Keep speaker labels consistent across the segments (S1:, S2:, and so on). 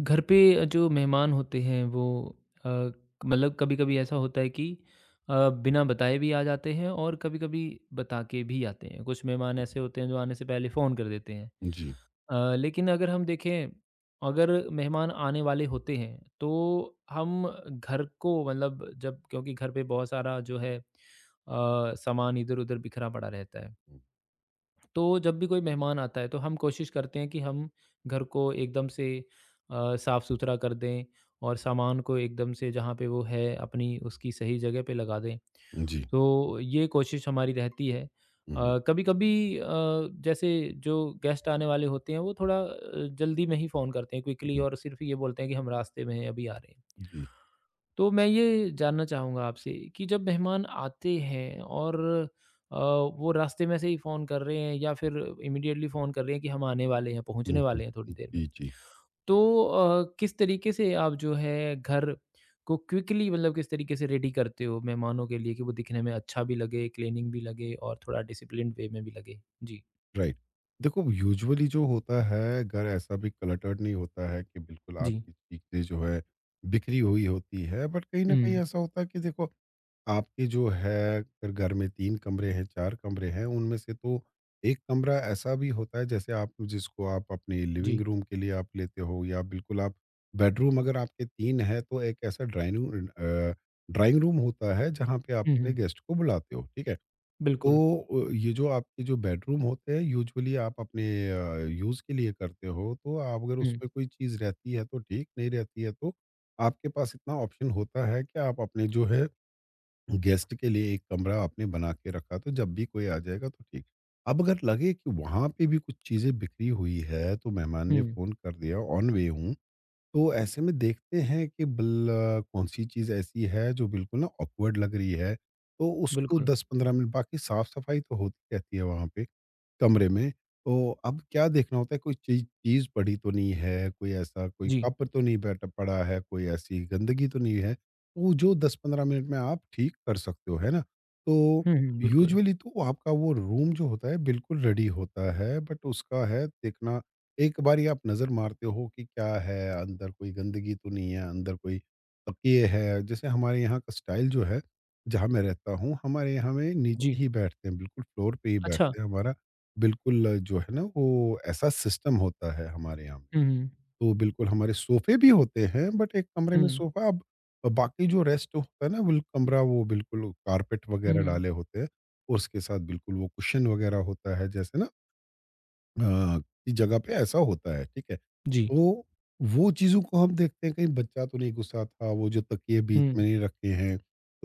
S1: घर पे जो मेहमान होते हैं वो अ, मतलब कभी-कभी ऐसा होता है कि बिना बताए भी आ जाते हैं और कभी-कभी बता के भी आते हैं। कुछ मेहमान ऐसे होते हैं जो आने से पहले फ़ोन कर देते हैं।
S2: जी।
S1: लेकिन अगर हम देखें अगर मेहमान आने वाले होते हैं तो हम घर को मतलब जब क्योंकि घर पे बहुत सारा जो है सामान इधर-उधर बिखरा पड़ा रहता है। तो जब भी कोई मेहमान आता है तो हम कोशिश करते हैं कि हम घर को एकदम से साफ़ सुथरा कर दें और सामान को एकदम से जहाँ पे वो है अपनी उसकी सही जगह पे लगा दें।
S2: हुँ, जी।
S1: तो ये कोशिश हमारी रहती है।
S2: हुँ, हुँ,
S1: जैसे जो गेस्ट आने वाले होते हैं वो थोड़ा जल्दी में ही फ़ोन करते हैं क्विकली
S2: हुँ,
S1: और सिर्फ़ ये बोलते हैं कि हम रास्ते में हैं, अभी आ रहे हैं।
S2: जी।
S1: तो मैं ये जानना चाहूँगा आपसे कि जब मेहमान आते हैं और वो रास्ते में से ही फ़ोन कर रहे हैं या फिर इमीडिएटली फ़ोन कर रहे हैं कि हम आने वाले हैं,
S2: हुँ,
S1: पहुँचने
S2: हुँ,
S1: वाले हैं थोड़ी देर में।
S2: जी, जी,
S1: तो किस तरीके से आप जो है घर को क्विकली मतलब किस तरीके से रेडी करते हो मेहमानों के लिए कि वो दिखने में अच्छा भी लगे, क्लीनिंग भी लगे और थोड़ा डिसिप्लिन्ड वे में भी लगे? जी,
S2: राइट। देखो, यूजुअली जो होता है, घर ऐसा भी क्लटर्ड नहीं होता है कि बिल्कुल
S1: जी।
S2: आपकी चीज़ें जो है बिखरी हुई होती है, बट कहीं न कहीं
S1: हुँ,
S2: ऐसा होता है कि देखो, आपके जो है, अगर घर में 3 कमरे हैं, 4 कमरे हैं, उनमें से तो 1 कमरा ऐसा भी होता है जैसे आप जिसको आप अपने
S1: जी।
S2: लिविंग रूम के लिए आप लेते हो, या बिल्कुल आप बेडरूम अगर आपके 3 है, तो एक ऐसा ड्राइंग रूम होता है जहाँ पे आप
S1: हुँ,
S2: अपने
S1: हुँ।
S2: गेस्ट को बुलाते हो, ठीक है? तो
S1: बिल्कुल।
S2: ये जो आपके जो बेडरूम होते हैं, यूजुअली आप अपने यूज़ के लिए करते हो, तो आप अगर
S1: हुँ,
S2: उसमें कोई चीज़ रहती है तो ठीक, नहीं रहती है तो आपके पास इतना ऑप्शन होता है कि आप अपने जो है गेस्ट के लिए एक कमरा आपने बना के रखा, तो जब भी कोई आ जाएगा तो ठीक। अब अगर लगे कि वहां पे भी कुछ चीजें बिखरी हुई है, तो मेहमान ने
S1: हुँ।
S2: फोन कर दिया ऑन वे हूँ, तो ऐसे में देखते हैं कि बल कौन-सी चीज़ ऐसी है जो बिल्कुल ना ऑकवर्ड लग रही है, तो उसको
S1: बिल्कुल।
S2: 10-15 मिनट। बाकी साफ-सफाई तो होती रहती है वहाँ पे, कमरे में। तो अब क्या देखना होता है, कोई चीज़ चीज़ पड़ी तो नहीं है, कोई ऐसा कोई
S1: जी।
S2: कप तो नहीं बैठा पड़ा है, कोई ऐसी गंदगी तो नहीं है। वो जो 10-15 मिनट में आप ठीक कर सकते हो, है ना? तो
S1: हुँ, हुँ। बिल्कुल।
S2: यूजुअली तो आपका वो रूम जो होता है बिल्कुल रेडी होता है, बट उसका है देखना, एक बारी आप नज़र मारते हो कि क्या है, अंदर कोई गंदगी तो नहीं है, अंदर कोई तकिए है। जैसे हमारे यहाँ का स्टाइल जो है, जहाँ मैं रहता हूँ, हमारे यहाँ में
S1: जी।
S2: नीचे ही बैठते हैं, बिल्कुल फ्लोर पे ही
S1: अच्छा।
S2: बैठते हैं। हमारा बिल्कुल जो है ना, वो ऐसा सिस्टम होता है हमारे यहाँ में।
S1: हुँ, हुँ।
S2: तो बिल्कुल हमारे सोफ़े भी होते हैं, बट एक कमरे में
S1: हुँ।
S2: सोफ़ा, अब बाकी जो रेस्ट होता है ना बिल कमरा, वो बिल्कुल कारपेट वग़ैरह
S1: हुँ।
S2: डाले होते हैं और उसके साथ बिल्कुल वो कुशन वग़ैरह होता है, जैसे ना अ, की जगह पे ऐसा होता है, ठीक है।
S1: जी।
S2: तो वो चीज़ों को हम देखते हैं, कहीं बच्चा तो नहीं गुस्सा था, वो जो तकिए बीच में
S1: हुँ,
S2: नहीं रखे हैं,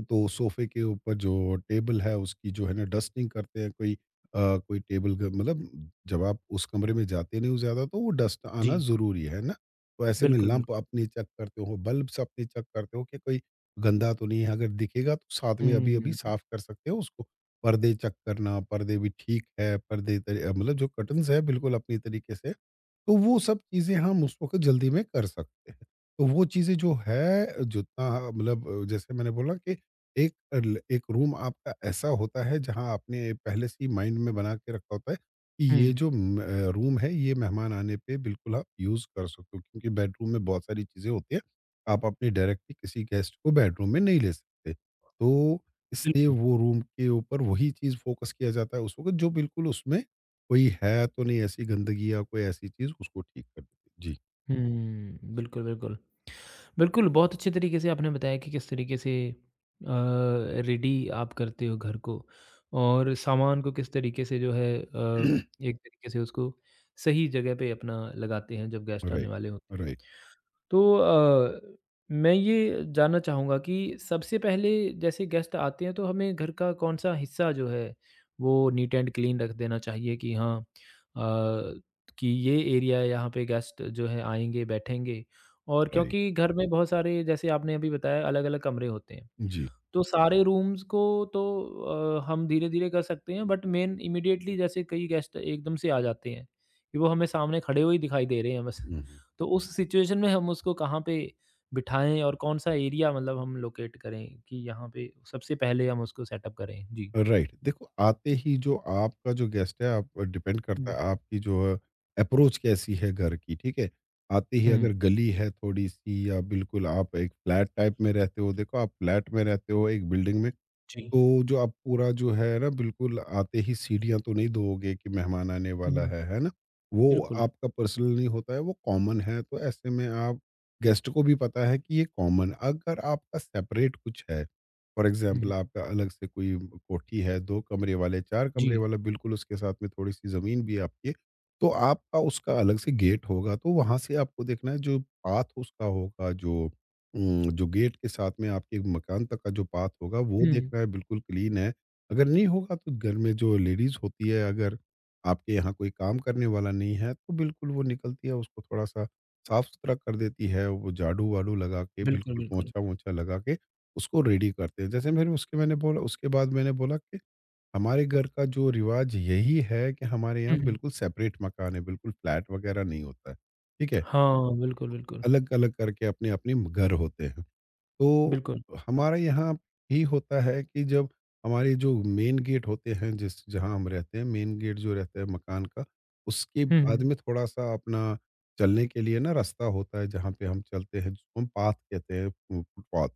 S2: तो सोफ़े के ऊपर जो टेबल है, उसकी जो है ना डस्टिंग करते हैं, कोई अ, कोई टेबल ग मतलब जब आप उस कमरे में जाते नहीं हो ज़्यादा, तो वो डस्ट
S1: जी।
S2: आना ज़रूरी है ना? तो ऐसे में
S1: बिल्कुल,
S2: लैंप
S1: बिल्कुल।
S2: अपने चेक करते हो, बल्ब्स अपने चेक करते हो कि कोई गंदा तो नहीं है, अगर दिखेगा तो साथ में अभी-अभी
S1: हुँ, हुँ,
S2: साफ़ कर सकते हो उसको। पर्दे चेक करना, पर्दे भी ठीक है, पर्दे तरी मतलब जो कर्टन्स है बिल्कुल अपनी तरीके से, तो वो सब चीज़ें हम उस वक़्त जल्दी में कर सकते हैं। तो वो चीज़ें जो है जितना मतलब जैसे मैंने बोला कि एक एक रूम आपका ऐसा होता है जहाँ आपने पहले से ही माइंड में बना के रखा होता है कि
S1: हुँ।
S2: ये जो रूम है, ये मेहमान आने पे बिल्कुल आप यूज़ कर सकते हो, क्योंकि बेडरूम में बहुत सारी चीज़ें होती हैं। आप अपने डायरेक्टली किसी गेस्ट को बेडरूम में नहीं ले सकते। तो इसलिए
S1: बिल्कुल।
S2: वो रूम के ऊपर वही चीज़ फ़ोकस किया जाता है उस वक़्त, जो बिल्कुल उसमें कोई है तो नहीं ऐसी गंदगी या कोई ऐसी चीज़, उसको ठीक कर देते। जी,
S1: हुँ, बिल्कुल, बिल्कुल। बिल्कुल, बहुत अच्छे तरीके से आपने बताया कि किस तरीके से अ, रेडी आप करते हो घर को और सामान को किस तरीके से जो है एक तरीके से उसको सही जगह पे अपना लगाते हैं जब गेस्ट आने
S2: राइट,
S1: वाले हों
S2: राइट।
S1: तो मैं ये जानना चाहूँगा कि सबसे पहले जैसे गेस्ट आते हैं तो हमें घर का कौन-सा हिस्सा जो है वो नीट एंड क्लीन रख देना चाहिए कि हाँ कि ये एरिया है यहाँ पे गेस्ट जो है आएँगे, बैठेंगे और
S2: राइट।
S1: क्योंकि घर में बहुत सारे जैसे आपने अभी बताया अलग-अलग कमरे होते हैं।
S2: जी,
S1: तो सारे रूम्स को तो हम धीरे-धीरे कर सकते हैं बट मेन इमीडिएटली जैसे कई गेस्ट एकदम से आ जाते हैं, कि वो हमें सामने खड़े हुए ही दिखाई दे रहे हैं बस।
S2: हुँ, हुँ।
S1: तो उस सिचुएशन में हम उसको कहाँ पे बिठाएँ और कौन-सा एरिया मतलब हम लोकेट करें कि यहाँ पे सबसे पहले हम उसको सेटअप करें? जी।
S2: राइट, देखो आते ही जो आपका जो गेस्ट है, आप डिपेंड करता
S1: हुँ,
S2: है आपकी जो है अप्रोच कैसी है घर की, ठीक है? आते ही
S1: हुँ,
S2: अगर गली है थोड़ी-सी, या बिल्कुल आप एक फ्लैट टाइप में रहते हो, देखो आप फ्लैट में रहते हो एक बिल्डिंग में,
S1: जी।
S2: तो जो आप पूरा जो है ना, बिल्कुल आते ही सीढ़ियाँ तो नहीं दोगे कि मेहमान आने
S1: हुँ,
S2: वाला
S1: हुँ,
S2: है ना? वो
S1: बिल्कुल।
S2: आपका पर्सनल नहीं होता है, वो कॉमन है, तो ऐसे में आप गेस्ट को भी पता है कि ये कॉमन। अगर आपका सेपरेट कुछ है, फॉर
S1: हुँ,
S2: एग्ज़ाम्पल
S1: हुँ,
S2: आपका अलग से कोई कोठी है, 2 कमरे वाले, 4
S1: जी।
S2: कमरे वाला, बिल्कुल उसके साथ में थोड़ी-सी ज़मीन भी आपकी है, आपकी, तो आपका उसका अलग से गेट होगा, तो वहाँ से आपको देखना है जो पाथ उसका होगा, जो जो गेट के साथ में आपके मकान तक का जो पाथ होगा, वो
S1: हुँ,
S2: देखना है बिल्कुल क्लीन है। अगर नहीं होगा, तो घर में जो लेडीज़ होती है, अगर आपके यहाँ कोई काम करने वाला नहीं है, तो बिल्कुल वो निकलती है, उसको थोड़ा-सा साफ-सुथरा कर देती है। वो झाड़ू-वाड़ू लगा के,
S1: बिल्कुल,
S2: बिल्कुल
S1: बिल्कुल।
S2: पोंछा-वोंछा लगा के उसको रेडी करते हैं। जैसे मैंने उसके बाद मैंने बोला कि हमारे घर का जो रिवाज यही है कि हमारे
S1: हुँ,
S2: यहाँ
S1: हुँ।
S2: बिल्कुल सेपरेट मकान है, बिल्कुल फ्लैट वगैरह नहीं होता है। ठीक है?
S1: हाँ, बिल्कुल, बिल्कुल।
S2: अलग-अलग करके अपने-अपने घर होते हैं। तो
S1: बिल्कुल।
S2: हमारे यहाँ भी होता है कि जब हमारे जो मेन गेट होते हैं, जिस जहाँ हम रहते हैं, मेन गेट जो रहता है मकान का, उसके
S1: हुँ,
S2: बाद
S1: हुँ,
S2: में थोड़ा सा अपना चलने के लिए ना रास्ता होता है जहाँ पे हम चलते हैं, जिसको हम पाथ कहते हैं, फुटपाथ।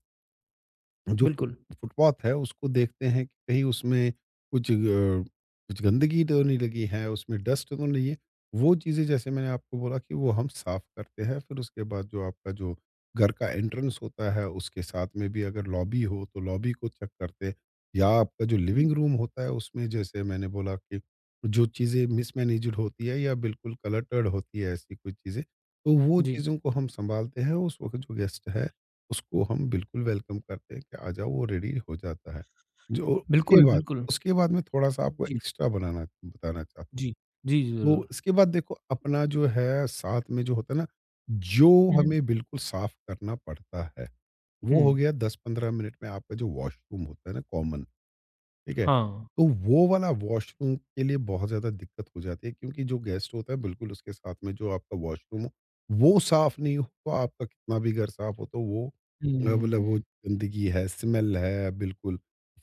S2: जो फुट
S1: बिल्कुल।
S2: फुटपाथ है, उसको देखते हैं कि कहीं उसमें कुछ अ, कुछ गंदगी तो नहीं लगी है, उसमें डस्ट तो नहीं है। वो चीज़ें जैसे मैंने आपको बोला कि वो हम साफ़ करते हैं, फिर उसके बाद जो आपका जो घर का एंट्रेंस होता है, उसके साथ में भी अगर लॉबी हो तो लॉबी को चेक करते, या आपका जो लिविंग रूम होता है उसमें, जैसे मैंने बोला कि जो चीज़ें मिसमैनेज्ड होती है या बिल्कुल क्लटर्ड होती है ऐसी कोई चीज़ें, तो वो
S1: जी,
S2: चीज़ों को हम सँभालते हैं उस वक़्त। जो गेस्ट है, उसको हम बिल्कुल वेलकम करते हैं कि आ जाओ, वो रेडी हो जाता है। जो हुँ। उसके
S1: बिल्कुल,
S2: बाद
S1: बिल्कुल।
S2: उसके बाद मैं थोड़ा-सा आपको
S1: जी।
S2: एक्स्ट्रा बनाना बताना चाहता
S1: जी। जी, जी,
S2: हूँ। तो
S1: ज़रूर।
S2: इसके बाद देखो, अपना जो है साथ में जो होता है ना, जो
S1: हुँ, हुँ।
S2: हमें बिल्कुल साफ़ करना पड़ता है,
S1: हुँ।
S2: वो हो गया 10-15 मिनट में, आपका जो वॉशरूम होता है ना, कॉमन। ठीक है?
S1: हाँ।
S2: तो वो वाला वॉशरूम के लिए बहुत ज़्यादा दिक्कत हो जाती है, क्योंकि जो गेस्ट होता है बिल्कुल उसके साथ में जो आपका वॉशरूम हो, वो साफ़ नहीं हो, तो आपका कितना भी घर साफ़ हो, तो वो मतलब वो
S1: हुँ।
S2: गंदगी है, स्मेल है बिल्कुल,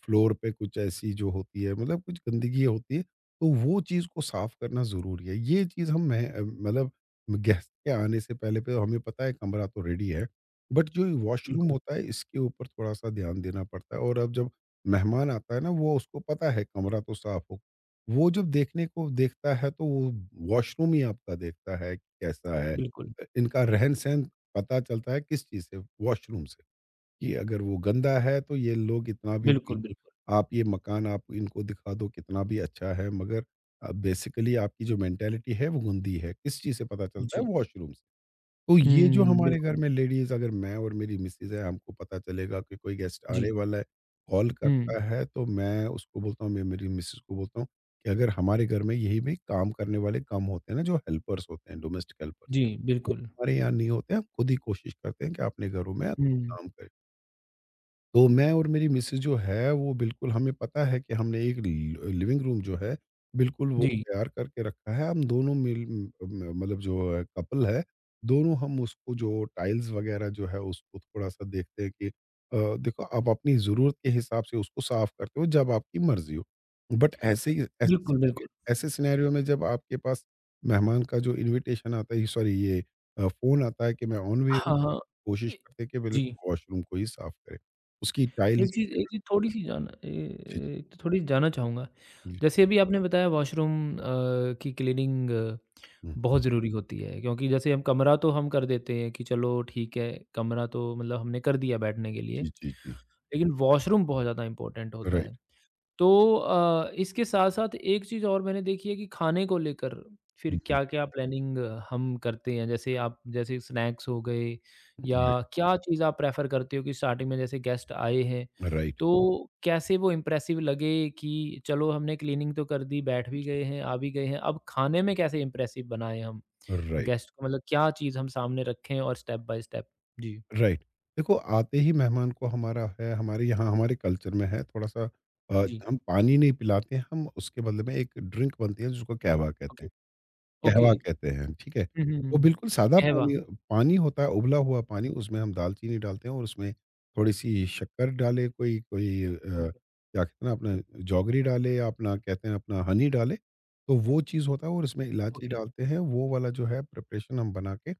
S2: फ्लोर पे कुछ ऐसी जो होती है, मतलब कुछ गंदगी होती है, तो वो चीज़ को साफ़ करना ज़रूरी है। ये चीज़ हम मैं अ, मतलब गेस्ट के आने से पहले पे हमें पता है कमरा तो रेडी है, बट जो हुँ। वॉशरूम
S1: बिल्कुल,
S2: होता है इसके ऊपर थोड़ा-सा ध्यान देना पड़ता है, और अब जब मेहमान आता है ना, वो उसको पता है कमरा तो साफ हो, वो जब देखने को देखता है, तो वो वॉशरूम ही आपका देखता है कि कैसा है।
S1: बिल्कुल।
S2: इनका रहन सहन पता चलता है किस चीज़ से, वॉशरूम से। कि अगर वो गंदा है, तो ये लोग इतना भी
S1: बिल्कुल,
S2: बिल्कुल,
S1: बिल्कुल।
S2: आप ये मकान आप इनको दिखा दो कितना भी अच्छा है, मगर बेसिकली आपकी जो मेंटेलिटी है वो गंदी है, किस चीज़ से पता चलता है,
S1: जी।
S2: वॉशरूम से। तो ये जो हुँ।
S1: हुँ,
S2: हमारे घर
S1: बिल्कुल।
S2: में लेडीज़, अगर मैं और मेरी मिसेज़ है, हमको पता चलेगा कि कोई गेस्ट आने
S1: जी।
S2: वाला है, कॉल
S1: हुँ।
S2: करता है, तो मैं उसको बोलता हूँ, मैं मेरी मिसेज़ को बोलता हूँ कि अगर हमारे घर में यही भी काम करने वाले कम होते हैं ना, जो हेल्पर्स होते हैं, डोमेस्टिक हेल्पर्स,
S1: जी,
S2: वो
S1: बिल्कुल।
S2: हमारे यहाँ नहीं होते हैं। हम खुद ही कोशिश करते हैं कि अपने घरों में
S1: हुँ।
S2: काम करें। तो मैं और मेरी मिसेज़ जो है, वो बिल्कुल हमें पता है कि हमने एक लि लिविंग रूम जो है, बिल्कुल वो
S1: जी।
S2: तैयार करके रखा है। हम दोनों मिल म म- मतलब जो है कपल है, दोनों हम उसको जो टाइल्स वग़ैरह जो है, उसको थोड़ा-सा देखते हैं कि देखो, आप अपनी ज़रूरत के हिसाब से उसको साफ़ करते हो, जब आपकी मर्ज़ी हो। बट
S1: बिल्कुल, बिल्कुल।
S2: ऐसे सिनेरियो में जब आपके पास मेहमान का जो इन्विटेशन आता है, सॉरी, फ़ोन आता है कि मैं ऑन वे हूँ।
S1: हाँ, हाँ।
S2: कोशिश
S1: ए
S2: करते हैं कि
S1: जी।
S2: बिल्कुल वॉशरूम को ही साफ करें। उसकी टाइल्स
S1: एक चीज़ एक
S2: वगैरह।
S1: चीज़ थोड़ी-सी
S2: जी,
S1: तो थोड़ी जानना चाहूँगा।
S2: जी, जी।
S1: जैसे अभी आपने बताया वॉशरूम अ, की क्लीनिंग
S2: हुँ।
S1: बहुत ज़रूरी होती है क्योंकि जैसे हम कमरा तो हम कर देते हैं कि चलो ठीक है, कमरा तो मतलब हमने कर दिया बैठने के लिए।
S2: जी, जी, जी।
S1: लेकिन वॉशरूम बहुत ज़्यादा इम्पोर्टेंट होता
S2: राइट।
S1: है। तो इसके साथ-साथ एक चीज़ और मैंने देखी है कि खाने को लेकर
S2: हुँ,
S1: फिर
S2: हुँ।
S1: क्या-क्या प्लानिंग हम करते हैं? जैसे आप जैसे स्नैक्स हो गए या
S2: राइट,
S1: क्या चीज़ आप प्रेफ़र करते हो कि स्टार्टिंग में जैसे गेस्ट आए हैं,
S2: राइट।
S1: तो कैसे वो इम्प्रेसिव लगे कि चलो हमने क्लीनिंग तो कर दी, बैठ भी
S2: जी।
S1: गए हैं, आ भी गए हैं, अब खाने में कैसे इम्प्रेसिव बनाएँ हम
S2: राइट,
S1: गेस्ट को? मतलब क्या चीज़ हम सामने रखें और स्टेप बाय स्टेप? जी, जी।
S2: राइट। देखो, आते ही मेहमान को, हमारा है हमारे यहाँ हमारे कल्चर में है थोड़ा-सा, अ,
S1: जी।
S2: हम पानी नहीं पिलाते हैं, हम उसके बदले में एक ड्रिंक बनती है जिसको कहवा कहते
S1: ओके,
S2: हैं।
S1: ओके।
S2: कहवा कहते हैं, ठीक है?
S1: हुँ, हुँ, हुँ,
S2: वो
S1: हुँ।
S2: बिल्कुल सादा
S1: कहवा।
S2: पानी पानी होता है, उबला हुआ पानी, उसमें हम दालचीनी डालते हैं और उसमें थोड़ी-सी शक्कर डाले, कोई कोई
S1: ओके,
S2: क्या कहते हैं ना, अपना जौगरी डाले या अपना कहते हैं अपना हनी डाले, तो वो चीज़ होता है और इसमें इलायची
S1: ओके।
S2: डालते हैं। वो वाला जो है प्रिपरेशन हम बना के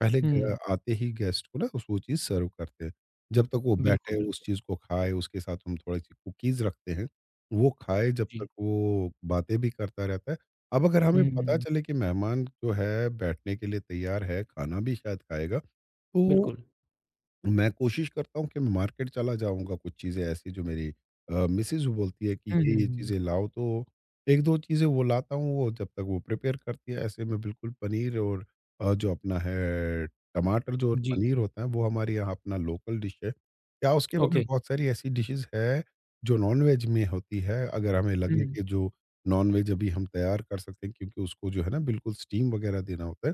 S2: पहले ग
S1: हुँ,
S2: आते ही गेस्ट को ना उस वो चीज़ सर्व करते हैं। जब तक वो बैठे
S1: बिल्कुल, बिल्कुल।
S2: उस चीज़ को खाए, उसके साथ हम थोड़ी-सी कुकीज़ रखते हैं, वो खाए, जब तक
S1: जी।
S2: वो बातें भी करता रहता है। अब अगर हमें पता
S1: हुँ,
S2: चले कि मेहमान जो है बैठने के लिए तैयार है, खाना भी शायद खाएगा, तो
S1: बिल्कुल।
S2: मैं कोशिश करता हूँ कि मैं मार्केट चला जाऊँगा। कुछ चीज़ें ऐसी जो मेरी मिसेज़ वो बोलती है कि
S1: हुँ,
S2: ये,
S1: हुँ,
S2: ये
S1: हुँ।
S2: चीज़ें लाओ, तो 1-2 चीज़ें वो लाता हूँ। वो जब तक वो प्रिपेयर करती है, ऐसे में बिल्कुल पनीर और जो अपना है, टमाटर जो और
S1: जी,
S2: पनीर होता है, वो हमारे यहाँ अपना लोकल डिश है। या उसके बगैर
S1: ओके।
S2: बहुत सारी ऐसी डिशेज़ है जो नॉन-वेज में होती है। अगर हमें लगे
S1: हुँ,
S2: कि जो नॉन-वेज अभी हम तैयार कर सकते हैं, क्योंकि उसको जो है ना, बिल्कुल स्टीम वगैरह देना होता है।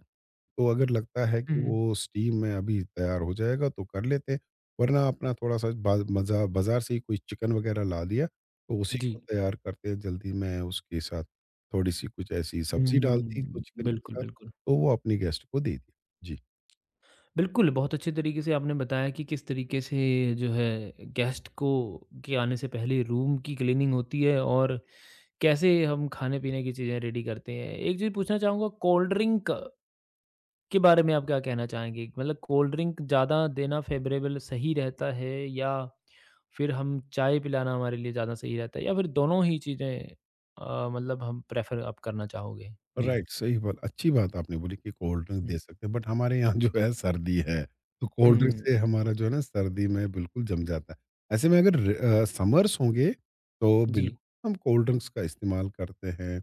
S2: तो अगर लगता है
S1: हुँ,
S2: कि
S1: हुँ।
S2: वो स्टीम में अभी तैयार हो जाएगा, तो कर लेते हैं, वरना अपना थोड़ा-सा बाज़ार से ही कोई चिकन वग़ैरह ला दिया, तो उसी
S1: जी।
S2: को तैयार करते हैं जल्दी में। उसके साथ थोड़ी-सी कुछ ऐसी सब्ज़ी डाल दी तो
S1: हुँ,
S2: चिकन के
S1: बिल्कुल,
S2: साथ,
S1: बिल्कुल।
S2: तो वो अपने गेस्ट को दे दी। जी।
S1: बिल्कुल, बहुत अच्छे तरीके से आपने बताया कि किस तरीके से जो है गेस्ट को के आने से पहले रूम की क्लीनिंग होती है और कैसे हम खाने-पीने की चीज़ें रेडी करते हैं। एक चीज़ पूछना चाहूँगा कोल्ड ड्रिंक के बारे में आप क्या कहना चाहेंगे? मतलब कोल्ड ड्रिंक ज़्यादा देना फ़ेवरेबल सही रहता है या फिर हम चाय पिलाना हमारे लिए ज़्यादा सही रहता है या फिर दोनों ही चीज़ें मतलब हम प्रेफ़र आप करना चाहोगे? जी।
S2: राइट, सही बात, अच्छी बात आपने बोली कि कोल्ड ड्रिंक
S1: हुँ।
S2: दे सकते हैं, बट हमारे यहाँ जो है सर्दी है, तो कोल्ड ड्रिंक
S1: हुँ,
S2: से हमारा जो है ना, सर्दी में बिल्कुल जम जाता है। ऐसे में अगर समर्स होंगे, तो
S1: जी।
S2: बिल्कुल हम कोल्ड ड्रिंक्स का इस्तेमाल करते हैं।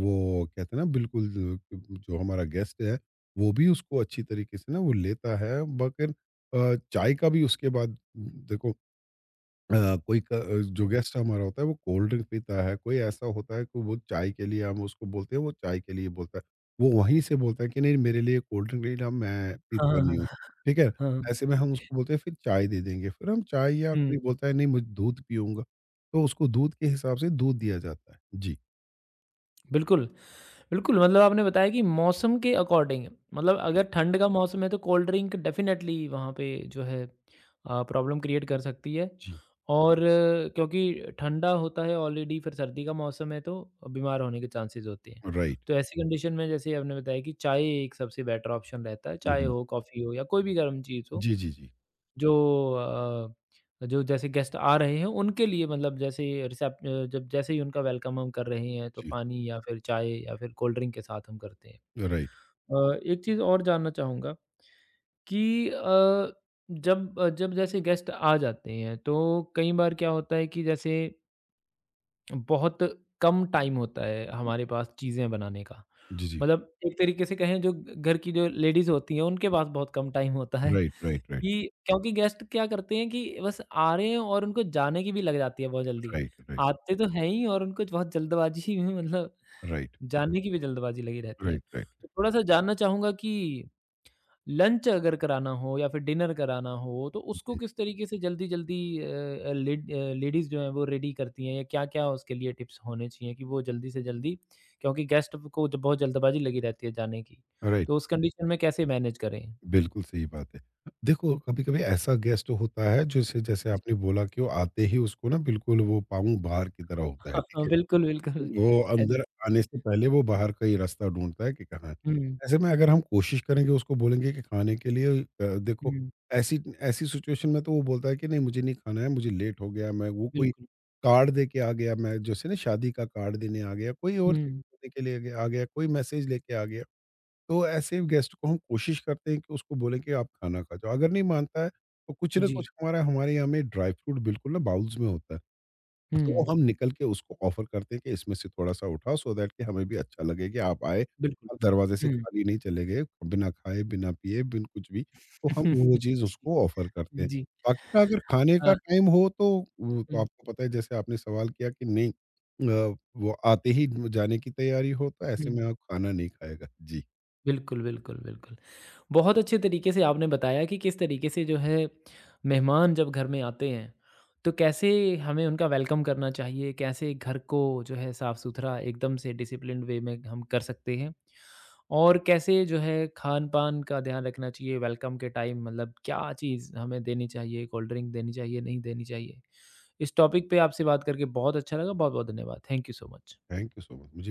S2: वो कहते हैं ना, बिल्कुल जो जो हमारा गेस्ट है, वो भी उसको अच्छी तरीके से ना वो लेता है, बगैर चाय का भी। उसके बाद देखो, अ, जो गेस्ट हमारा होता है वो कोल्ड ड्रिंक पीता है, कोई ऐसा होता है कि वो चाय के लिए, हम उसको बोलते हैं, वो चाय के लिए बोलता है। वो वहीं से बोलता है कि नहीं, मेरे लिए कोल्ड ड्रिंक नहीं, ना मैं
S1: हाँ,
S2: पीता
S1: हाँ,
S2: नहीं हूँ,
S1: हाँ,
S2: ठीक है?
S1: हाँ,
S2: ऐसे में हम उसको बोलते हैं फिर चाय दे देंगे, फिर हम चाय, या
S1: हाँ।
S2: कोई बोलता है नहीं, मैं दूध पीऊँगा, तो उसको दूध के हिसाब से दूध दिया जाता है। जी,
S1: बिल्कुल, बिल्कुल, मतलब आपने बताया कि मौसम के अकॉर्डिंग मतलब अगर ठंड का मौसम है तो कोल्ड ड्रिंक डेफ़िनेटली वहाँ पे जो है प्रॉब्लम क्रिएट कर सकती है
S2: जी।
S1: और क्योंकि ठंडा होता है ऑलरेडी फिर सर्दी का मौसम है तो बीमार होने के चांसेस होते हैं।
S2: राइट।
S1: तो ऐसी कंडीशन में जैसे आपने बताया कि चाय एक सबसे बेटर ऑप्शन रहता है,
S2: हुँ,
S1: चाय
S2: हुँ।
S1: हो, कॉफ़ी हो या कोई भी गर्म चीज़ हो।
S2: जी, जी, जी,
S1: जो अ, जो जैसे गेस्ट आ रहे हैं उनके लिए मतलब जब जैसे ही उनका वेलकम हम कर रहे हैं तो
S2: जी।
S1: पानी या फिर चाय या फिर कोल्ड ड्रिंक के साथ हम करते हैं।
S2: राइट।
S1: एक चीज़ और जानना चाहूँगा कि जब जब जैसे गेस्ट आ जाते हैं तो कई बार क्या होता है कि जैसे बहुत कम टाइम होता है हमारे पास चीज़ें बनाने का।
S2: जी, जी।
S1: मतलब एक तरीके से कहें जो घ घर की जो लेडीज़ होती हैं उनके पास बहुत कम टाइम होता है
S2: राइट, राइट, राइट,
S1: कि क्योंकि गेस्ट क्या करते हैं कि बस आ रहे हैं और उनको जाने की भी लग जाती है बहुत जल्दी।
S2: राइट, राइट,
S1: आते तो हैं ही और उनको बहुत जल्दबाज़ी में मतलब
S2: राइट,
S1: जाने की भी जल्दबाज़ी लगी रहती है।
S2: Right, right.
S1: तो थोड़ा-सा जानना चाहूँगा कि लंच अगर कराना हो या फिर डिनर कराना हो तो उसको
S2: जी।
S1: किस तरीके से जल्दी-जल्दी अ लेडीज़ जो हैं वो रेडी करती हैं या क्या-क्या उसके लिए टिप्स होने चाहिए कि वो जल्दी से जल्दी क्योंकि गेस्ट को ज बहुत जल्दबाज़ी लगी रहती है जाने की,
S2: राइट।
S1: तो उस कंडीशन में कैसे मैनेज करें?
S2: बिल्कुल सही बात है। देखो, कभी-कभी ऐसा गेस्ट होता है जिसे जैसे
S1: जी।
S2: आपने बोला कि वो आते ही उसको ना बिल्कुल वो पाँव बाहर की तरह होता है, ठीक है?
S1: बिल्कुल, बिल्कुल।
S2: वो
S1: ऐसे
S2: अंदर आने से पहले वो बाहर का ही रास्ता ढूँढता है कि कहाँ है।
S1: हुँ,
S2: ऐसे में अगर हम कोशिश करेंगे, उसको बोलेंगे कि खाने के लिए देखो,
S1: हुँ,
S2: ऐसी ऐसी सिचुएशन में तो वो बोलता है कि नहीं, मुझे नहीं खाना है, मुझे लेट हो गया, मैं वो कोई
S1: बिल्कुल।
S2: कार्ड दे के आ गया, मैं जैसे ना शादी का कार्ड देने आ गया, कोई और
S1: हुँ,
S2: चीज़ देने के लिए आ गया, कोई मैसेज लेके आ गया। तो ऐसे गेस्ट को हम कोशिश करते हैं कि उसको बोलें कि आप खाना खा जाओ। अगर नहीं मानता है, तो कुछ ना
S1: जी,
S2: कुछ हमारा, हमारे यहाँ में ड्राई फ्रूट बिल्कुल ना बाउल्स में होता है। तो वो
S1: हुँ,
S2: हम निकल के उसको ऑफ़र करते हैं कि इसमें से थोड़ा-सा उठाओ, सो दैट कि हमें भी अच्छा लगे कि आप आए
S1: बिल्कुल,
S2: और दरवाज़े से
S1: हुँ।
S2: खाली नहीं चले गए, बिना खाए, बिना पिए, बिन कुछ भी। तो हम वो चीज़ उसको ऑफ़र करते
S1: जी,
S2: हैं।
S1: जी,
S2: बाकी का अगर खाने का
S1: हाँ,
S2: टाइम हो, तो वो तो
S1: हुँ,
S2: आपको पता है जैसे आपने सवाल किया कि नहीं अ, वो आते ही जाने की तैयारी हो, तो ऐसे
S1: हुँ।
S2: में आप खाना नहीं खाएगा। जी।
S1: बिल्कुल, बिल्कुल, बिल्कुल। बहुत अच्छे तरीके से आपने बताया कि किस तरीके से जो है मेहमान जब घर में आते हैं तो कैसे हमें उनका वेलकम करना चाहिए कैसे घर को जो है साफ सुथरा एकदम से डिसिप्लिन्ड वे में हम कर सकते हैं और कैसे जो है खान पान का ध्यान रखना चाहिए वेलकम के टाइम मतलब क्या चीज़ हमें देनी चाहिए कोल्ड ड्रिंक देनी चाहिए नहीं देनी चाहिए इस टॉपिक पे आपसे बात करके बहुत अच्छा लगा बहुत बहुत धन्यवाद thank you so much
S2: thank you so much, मुझे भी